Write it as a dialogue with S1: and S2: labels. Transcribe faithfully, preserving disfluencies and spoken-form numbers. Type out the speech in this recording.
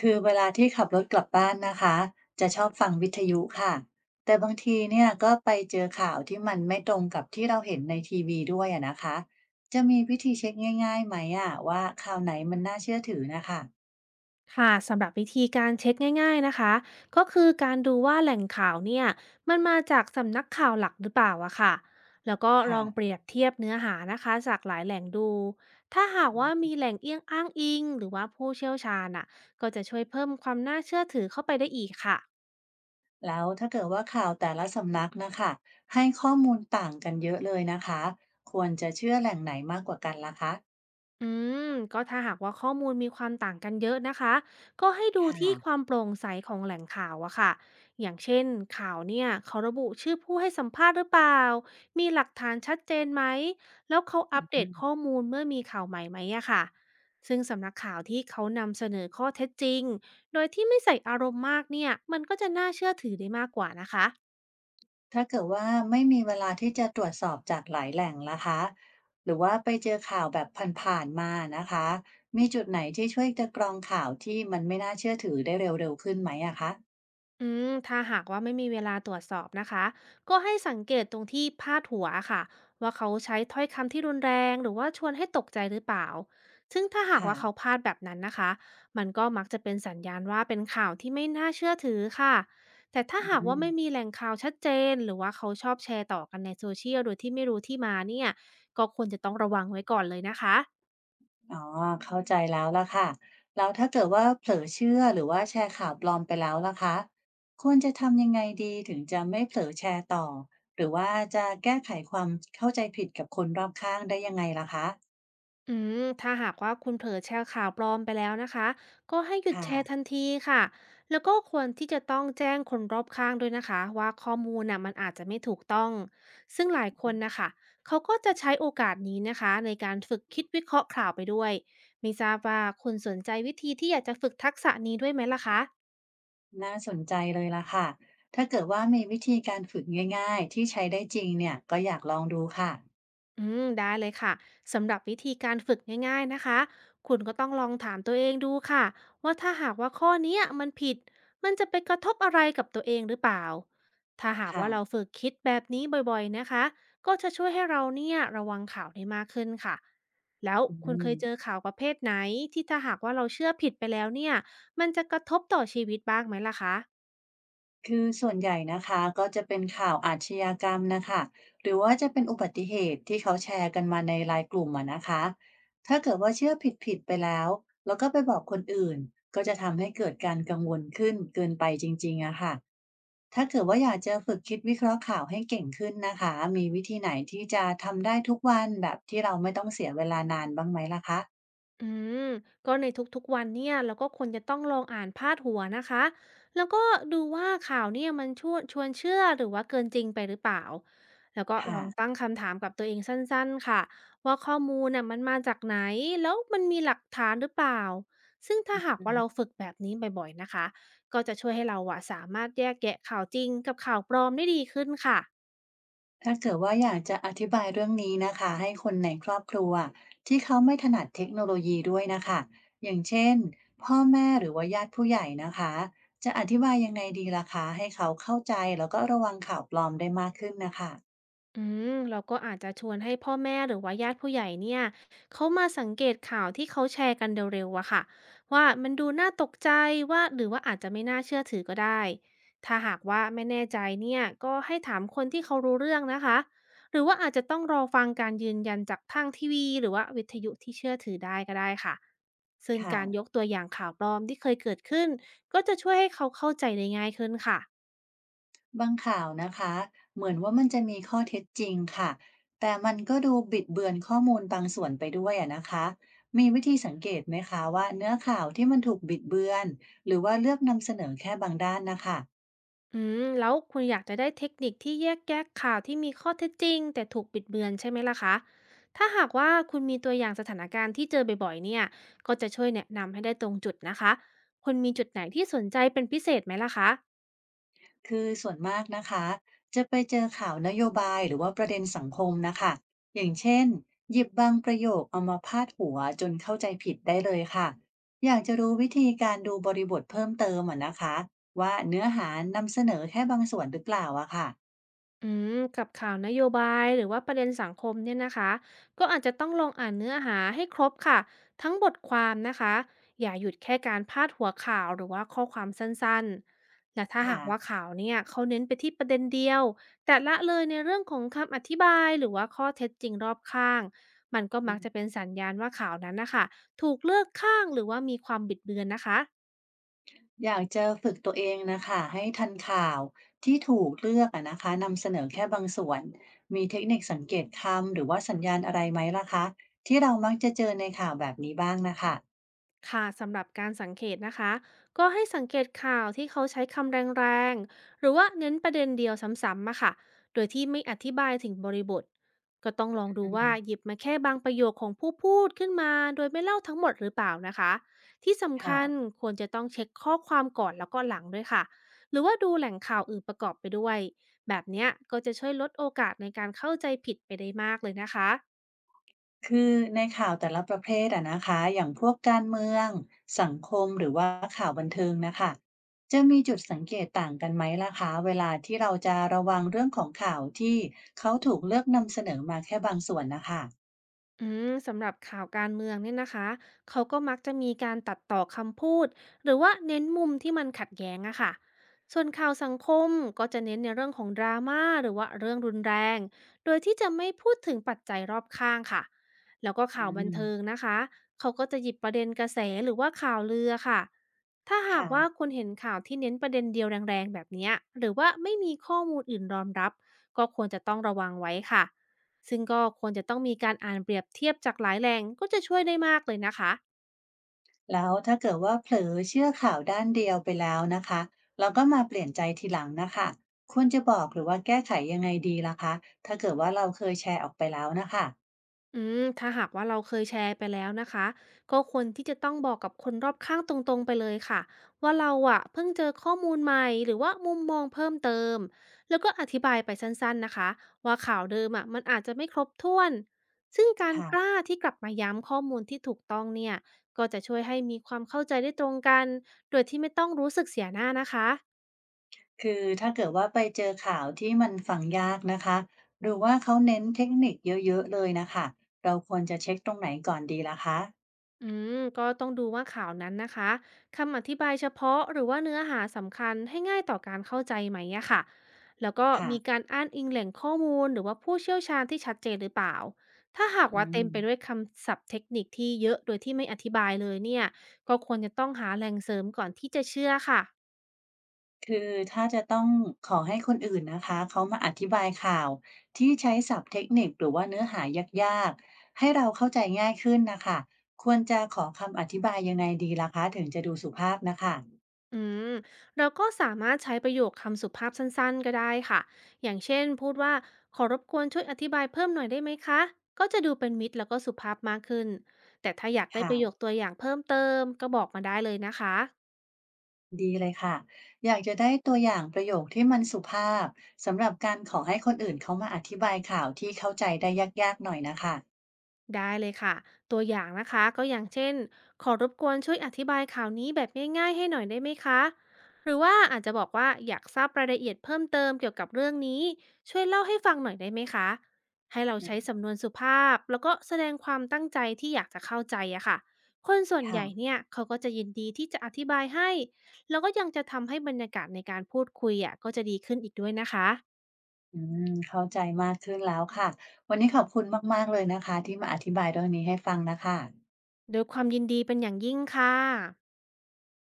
S1: คือเวลาที่ขับรถกลับบ้านนะคะจะชอบฟังวิทยุค่ะแต่บางทีเนี่ยก็ไปเจอข่าวที่มันไม่ตรงกับที่เราเห็นในทีวีด้วยอะนะคะจะมีวิธีเช็คง่ายๆไหมอะว่าข่าวไหนมันน่าเชื่อถือนะคะ
S2: ค่ะสำหรับวิธีการเช็คง่ายๆนะคะก็คือการดูว่าแหล่งข่าวเนี่ยมันมาจากสำนักข่าวหลักหรือเปล่าอะค่ะแล้วก็ล
S1: ค่ะ
S2: องเปรียบเทียบเนื้อหานะคะจากหลายแหล่งดูถ้าหากว่ามีแหล่งเอียงอ้างอิงหรือว่าผู้เชี่ยวชาญอะก็จะช่วยเพิ่มความน่าเชื่อถือเข้าไปได้อีกค่ะ
S1: แล้วถ้าเกิดว่าข่าวแต่ละสำนักนะคะให้ข้อมูลต่างกันเยอะเลยนะคะควรจะเชื่อแหล่งไหนมากกว่ากันล่ะคะ
S2: อืมก็ถ้าหากว่าข้อมูลมีความต่างกันเยอะนะคะก็ให้ดู
S1: ค่ะ
S2: ที่ความโปร่งใสของแหล่งข่าวอะค่ะอย่างเช่นข่าวเนี่ยเขาระบุชื่อผู้ให้สัมภาษณ์หรือเปล่ามีหลักฐานชัดเจนไหมแล้วเขาอัปเด
S1: อื
S2: ตข้อ
S1: ม
S2: มูลเมื่อมีข่าวใหม่ไหมอะค่ะซึ่งสำนักข่าวที่เขานำเสนอข้อเท็จจริงโดยที่ไม่ใส่อารมณ์มากเนี่ยมันก็จะน่าเชื่อถือได้มากกว่านะคะ
S1: ถ้าเกิดว่าไม่มีเวลาที่จะตรวจสอบจากหลายแหล่งล่ะคะหรือว่าไปเจอข่าวแบบผ่านๆมานะคะมีจุดไหนที่ช่วยจะกรองข่าวที่มันไม่น่าเชื่อถือได้เร็วๆขึ้นไหมอะคะ
S2: อืมถ้าหากว่าไม่มีเวลาตรวจสอบนะคะก็ให้สังเกตตรงที่พาดหัวค่ะว่าเขาใช้ถ้อยคำที่รุนแรงหรือว่าชวนให้ตกใจหรือเปล่าซึ่งถ้าหาก
S1: ค่ะ
S2: ว่าเขาพลาดแบบนั้นนะคะมันก็มักจะเป็นสัญญาณว่าเป็นข่าวที่ไม่น่าเชื่อถือค่ะแต่ถ้า
S1: อื
S2: หาก
S1: ม
S2: ว่าไม่มีแหล่งข่าวชัดเจนหรือว่าเขาชอบแชร์ต่อกันในโซเชียลโดยที่ไม่รู้ที่มาเนี่ยก็ควรจะต้องระวังไว้ก่อนเลยนะคะ
S1: อ๋อเข้าใจแล้วล่ะค่ะแล้วถ้าเกิดว่าเผลอเชื่อหรือว่าแชร์ข่าวปลอมไปแล้วล่ะคะควรจะทำยังไงดีถึงจะไม่เผลอแชร์ต่อหรือว่าจะแก้ไขความเข้าใจผิดกับคนรอบข้างได้ยังไงล่ะคะ
S2: อืมถ้าหากว่าคุณเผลอแชร์ข่าวปลอมไปแล้วนะคะก็ให้หยุด
S1: ค่ะ
S2: แชร์ทันทีค่ะแล้วก็ควรที่จะต้องแจ้งคนรอบข้างด้วยนะคะว่าข้อมูลน่ะมันอาจจะไม่ถูกต้องซึ่งหลายคนนะคะเขาก็จะใช้โอกาสนี้นะคะในการฝึกคิดวิเคราะห์ข่าวไปด้วยไม่ทราบว่าคุณสนใจวิธีที่อยากจะฝึกทักษะนี้ด้วยไหมล่ะคะ
S1: น่าสนใจเลยล่ะค่ะถ้าเกิดว่ามีวิธีการฝึกง่ายๆที่ใช้ได้จริงเนี่ยก็อยากลองดูค่ะ
S2: อืมได้เลยค่ะสำหรับวิธีการฝึกง่ายๆนะคะคุณก็ต้องลองถามตัวเองดูค่ะว่าถ้าหากว่าข้อเนี้ยมันผิดมันจะไปกระทบอะไรกับตัวเองหรือเปล่าถ้าหาก
S1: ค่ะ
S2: ว่าเราฝึกคิดแบบนี้บ่อยๆนะคะก็จะช่วยให้เราเนี่ยระวังข่าวได้มากขึ้นค่ะแล้วคุณ
S1: อืม
S2: เคยเจอข่าวประเภทไหนที่ถ้าหากว่าเราเชื่อผิดไปแล้วเนี่ยมันจะกระทบต่อชีวิตบ้างไหมล่ะคะ
S1: คือส่วนใหญ่นะคะก็จะเป็นข่าวอาชญากรรมนะคะหรือว่าจะเป็นอุบัติเหตุที่เขาแชร์กันมาในไลน์กลุ่มอะนะคะถ้าเกิดว่าเชื่อผิดๆไปแล้วแล้วก็ไปบอกคนอื่นก็จะทำให้เกิดการกังวลขึ้นเกินไปจริงๆอะค่ะ ถ้าเกิดว่าอยากจะฝึกคิดวิเคราะห์ข่าวให้เก่งขึ้นนะคะมีวิธีไหนที่จะทำได้ทุกวันแบบที่เราไม่ต้องเสียเวลานานบ้างไหมล่ะคะ
S2: อืมก็ในทุกๆวันเนี่ยเราก็ควรจะต้องลองอ่านพาดหัวนะคะแล้วก็ดูว่าข่าวเนี่ยมันชวนชวนเชื่อหรือว่าเกินจริงไปหรือเปล่าแล้วก็ล
S1: ค่ะ
S2: องตั้งคำถามกับตัวเองสั้นๆค่ะว่าข้อมูลน่ะมันมาจากไหนแล้วมันมีหลักฐานหรือเปล่าซึ่งถ้าหาก
S1: อื
S2: ว่าเรา
S1: ม
S2: ฝึกแบบนี้บ่อยๆนะคะก็จะช่วยให้เราอะสามารถแยกแยะข่าวจริงกับข่าวปลอมได้ดีขึ้นค่ะ
S1: ถ้าเกิดว่าอยากจะอธิบายเรื่องนี้นะคะให้คนในครอบครัวที่เขาไม่ถนัดเทคโนโลยีด้วยนะคะอย่างเช่นพ่อแม่หรือว่าญาติผู้ใหญ่นะคะจะอธิบายยังไงดีล่ะคะให้เขาเข้าใจแล้วก็ระวังข่าวปลอมได้มากขึ้นนะคะ
S2: อืมเราก็อาจจะชวนให้พ่อแม่หรือว่าญาติผู้ใหญ่เนี่ยเขามาสังเกตข่าวที่เขาแชร์กันเร็วๆอะค่ะว่ามันดูน่าตกใจว่าหรือว่าอาจจะไม่น่าเชื่อถือก็ได้ถ้าหากว่าไม่แน่ใจเนี่ยก็ให้ถามคนที่เขารู้เรื่องนะคะหรือว่าอาจจะต้องรอฟังการยืนยันจากทางทีวีหรือว่าวิทยุที่เชื่อถือได้ก็ได้ค่ะซึ่ง
S1: ค่ะ
S2: การยกตัวอย่างข่าวปลอมที่เคยเกิดขึ้นก็จะช่วยให้เขาเข้าใจได้ง่ายขึ้นค่ะ
S1: บางข่าวนะคะเหมือนว่ามันจะมีข้อเท็จจริงค่ะแต่มันก็ดูบิดเบือนข้อมูลบางส่วนไปด้วยอะนะคะมีวิธีสังเกตไหมคะว่าเนื้อข่าวที่มันถูกบิดเบือนหรือว่าเลือกนำเสนอแค่บางด้านนะคะ
S2: อืมแล้วคุณอยากจะได้เทคนิคที่แยกแยะข่าวที่มีข้อเท็จจริงแต่ถูกบิดเบือนใช่ไหมล่ะคะถ้าหากว่าคุณมีตัวอย่างสถานการณ์ที่เจอบ่อยๆเนี่ยก็จะช่วยแนะนำให้ได้ตรงจุดนะคะคุณมีจุดไหนที่สนใจเป็นพิเศษไหมล่ะคะ
S1: คือส่วนมากนะคะจะไปเจอข่าวนโยบายหรือว่าประเด็นสังคมนะคะอย่างเช่นหยิบบางประโยคเอามาพาดหัวจนเข้าใจผิดได้เลยค่ะอยากจะรู้วิธีการดูบริบทเพิ่มเติมอะนะคะว่าเนื้อหานำเสนอแค่บางส่วนหรือเปล่าอะค่ะ
S2: อืมกับข่าวนโยบายหรือว่าประเด็นสังคมเนี่ยนะคะก็อาจจะต้องลองอ่านเนื้อหาให้ครบค่ะทั้งบทความนะคะอย่าหยุดแค่การพาดหัวข่าวหรือว่าข้อความสั้นๆและถ้า
S1: ค่ะ
S2: หากว่าข่าวเนี่ยเขาเน้นไปที่ประเด็นเดียวแต่ละเลยในเรื่องของคำอธิบายหรือว่าข้อเท็จจริงรอบข้างมันก็
S1: อื
S2: มักจะเป็
S1: ม
S2: นสัญญาณว่าข่าวนั้นนะคะถูกเลือกข้างหรือว่ามีความบิดเบือนนะคะ
S1: อยากจะฝึกตัวเองนะคะให้ทันข่าวที่ถูกเลือกอะนะคะนำเสนอแค่บางส่วนมีเทคนิคสังเกตคำหรือว่าสัญญาณอะไรไหมล่ะคะที่เรามักจะเจอในข่าวแบบนี้บ้างนะคะ
S2: ค่ะสำหรับการสังเกตนะคะก็ให้สังเกตข่าวที่เขาใช้คำแรงๆหรือว่าเน้นประเด็นเดียวซ้ำๆอะค่ะโดยที่ไม่อธิบายถึงบริบทก็ต้องลองดู
S1: อื
S2: ว่า
S1: ม
S2: หยิบมาแค่บางประโยคของผู้พูดขึ้นมาโดยไม่เล่าทั้งหมดหรือเปล่านะคะที่สำ
S1: ค่ะ
S2: คัญควรจะต้องเช็คข้อความก่อนแล้วก็หลังด้วยค่ะหรือว่าดูแหล่งข่าวอื่นประกอบไปด้วยแบบเนี้ยก็จะช่วยลดโอกาสในการเข้าใจผิดไปได้มากเลยนะคะ
S1: คือในข่าวแต่ละประเภทอะนะคะอย่างพวกการเมืองสังคมหรือว่าข่าวบันเทิงนะคะจะมีจุดสังเกตต่างกันไหมล่ะคะเวลาที่เราจะระวังเรื่องของข่าวที่เขาถูกเลือกนำเสนอมาแค่บางส่วนนะคะ
S2: อืมสำหรับข่าวการเมืองเนี่ยนะคะเขาก็มักจะมีการตัดต่อคำพูดหรือว่าเน้นมุมที่มันขัดแย้งอะค่ะส่วนข่าวสังคมก็จะเน้นในเรื่องของดราม่าหรือว่าเรื่องรุนแรง โดยที่จะไม่พูดถึงปัจจัยรอบข้างค่ะแล้วก็
S1: อื
S2: ข่าวบันเทิง
S1: ม
S2: นะคะเขาก็จะหยิบประเด็นกระแสหรือว่าข่าวลือค่ะถ้าหา
S1: ค่ะ
S2: กว่าคุณเห็นข่าวที่เน้นประเด็นเดียวแรงๆแบบเนี้ยหรือว่าไม่มีข้อมูลอื่นรองรับก็ควรจะต้องระวังไว้ค่ะ ซึ่งก็ควรจะต้องมีการอ่านเปรียบเทียบจากหลายแหล่งก็จะช่วยได้มากเลยนะคะ
S1: แล้วถ้าเกิดว่าเผลอเชื่อข่าวด้านเดียวไปแล้วนะคะเราก็มาเปลี่ยนใจทีหลังนะคะควรจะบอกหรือว่าแก้ไขยังไงดีล่ะคะถ้าเกิดว่าเราเคยแชร์ออกไปแล้วนะคะ
S2: อืมถ้าหากว่าเราเคยแชร์ไปแล้วนะคะก็ควรที่จะต้องบอกกับคนรอบข้างตรงๆไปเลยค่ะว่าเราอะเพิ่งเจอข้อมูลใหม่หรือว่ามุมมองเพิ่มเติมแล้วก็อธิบายไปสั้นๆนะคะว่าข่าวเดิมอะมันอาจจะไม่ครบถ้วนซึ่งการกล้า
S1: ค่ะ
S2: ที่กลับมาย้ำข้อมูลที่ถูกต้องเนี่ยก็จะช่วยให้มีความเข้าใจได้ตรงกันโดยที่ไม่ต้องรู้สึกเสียหน้านะคะ
S1: คือถ้าเกิดว่าไปเจอข่าวที่มันฟังยากนะคะหรือว่าเขาเน้นเทคนิคเยอะๆเลยนะคะเราควรจะเช็คตรงไหนก่อนดีล่ะคะ
S2: อืมก็ต้องดูว่าข่าวนั้นนะคะคำอธิบายเฉพาะหรือว่าเนื้อหาสำคัญให้ง่ายต่อการเข้าใจไหมอะค่ะแล้วก็
S1: ค่ะ
S2: มีการอ้างอิงแหล่งข้อมูลหรือว่าผู้เชี่ยวชาญที่ชัดเจนหรือเปล่าถ้าหาก
S1: อื
S2: ว่า
S1: ม
S2: เต็มไปด้วยคำศัพท์เทคนิคที่เยอะโดยที่ไม่อธิบายเลยเนี่ยก็ควรจะต้องหาแหล่งเสริมก่อนที่จะเชื่อค่ะ
S1: คือถ้าจะต้องขอให้คนอื่นนะคะเขามาอธิบายข่าวที่ใช้ศัพท์เทคนิคหรือว่าเนื้อหายากๆให้เราเข้าใจง่ายขึ้นนะคะควรจะขอคำอธิบายยังไงดีล่ะคะถึงจะดูสุภาพนะคะ
S2: อืมเราก็สามารถใช้ประโยคคำสุภาพสั้นๆก็ได้ค่ะอย่างเช่นพูดว่าขอรบกวนช่วยอธิบายเพิ่มหน่อยได้ไหมคะก็จะดูเป็นมิตรแล้วก็สุภาพมากขึ้นแต่ถ้าอยากได้
S1: ค่ะ
S2: ประโยคตัวอย่างเพิ่มเติมก็บอกมาได้เลยนะคะ
S1: ดีเลยค่ะอยากจะได้ตัวอย่างประโยคที่มันสุภาพสำหรับการขอให้คนอื่นเขามาอธิบายข่าวที่เข้าใจได้ยากๆหน่อยนะคะ
S2: ได้เลยค่ะตัวอย่างนะคะก็อย่างเช่นขอรบกวนช่วยอธิบายข่าวนี้แบบง่ายๆให้หน่อยได้ไหมคะหรือว่าอาจจะบอกว่าอยากทราบรายละเอียดเพิ่มเติมเกี่ยวกับเรื่องนี้ช่วยเล่าให้ฟังหน่อยได้ไหมคะให้เรา
S1: อื
S2: ใช้
S1: ม
S2: สำนวนสุภาพแล้วก็แสดงความตั้งใจที่อยากจะเข้าใจอะค่ะคนส่วนใหญ่
S1: ค่ะ
S2: เนี่ยเขาก็จะยินดีที่จะอธิบายให้แล้วก็ยังจะทำให้บรรยากาศในการพูดคุยอะก็จะดีขึ้นอีกด้วยนะคะ
S1: อืมเข้าใจมากขึ้นแล้วค่ะวันนี้ขอบคุณมากๆเลยนะคะที่มาอธิบายเรื่องนี้ให้ฟังนะคะ
S2: โดวยความยินดีเป็นอย่างยิ่งค่ะ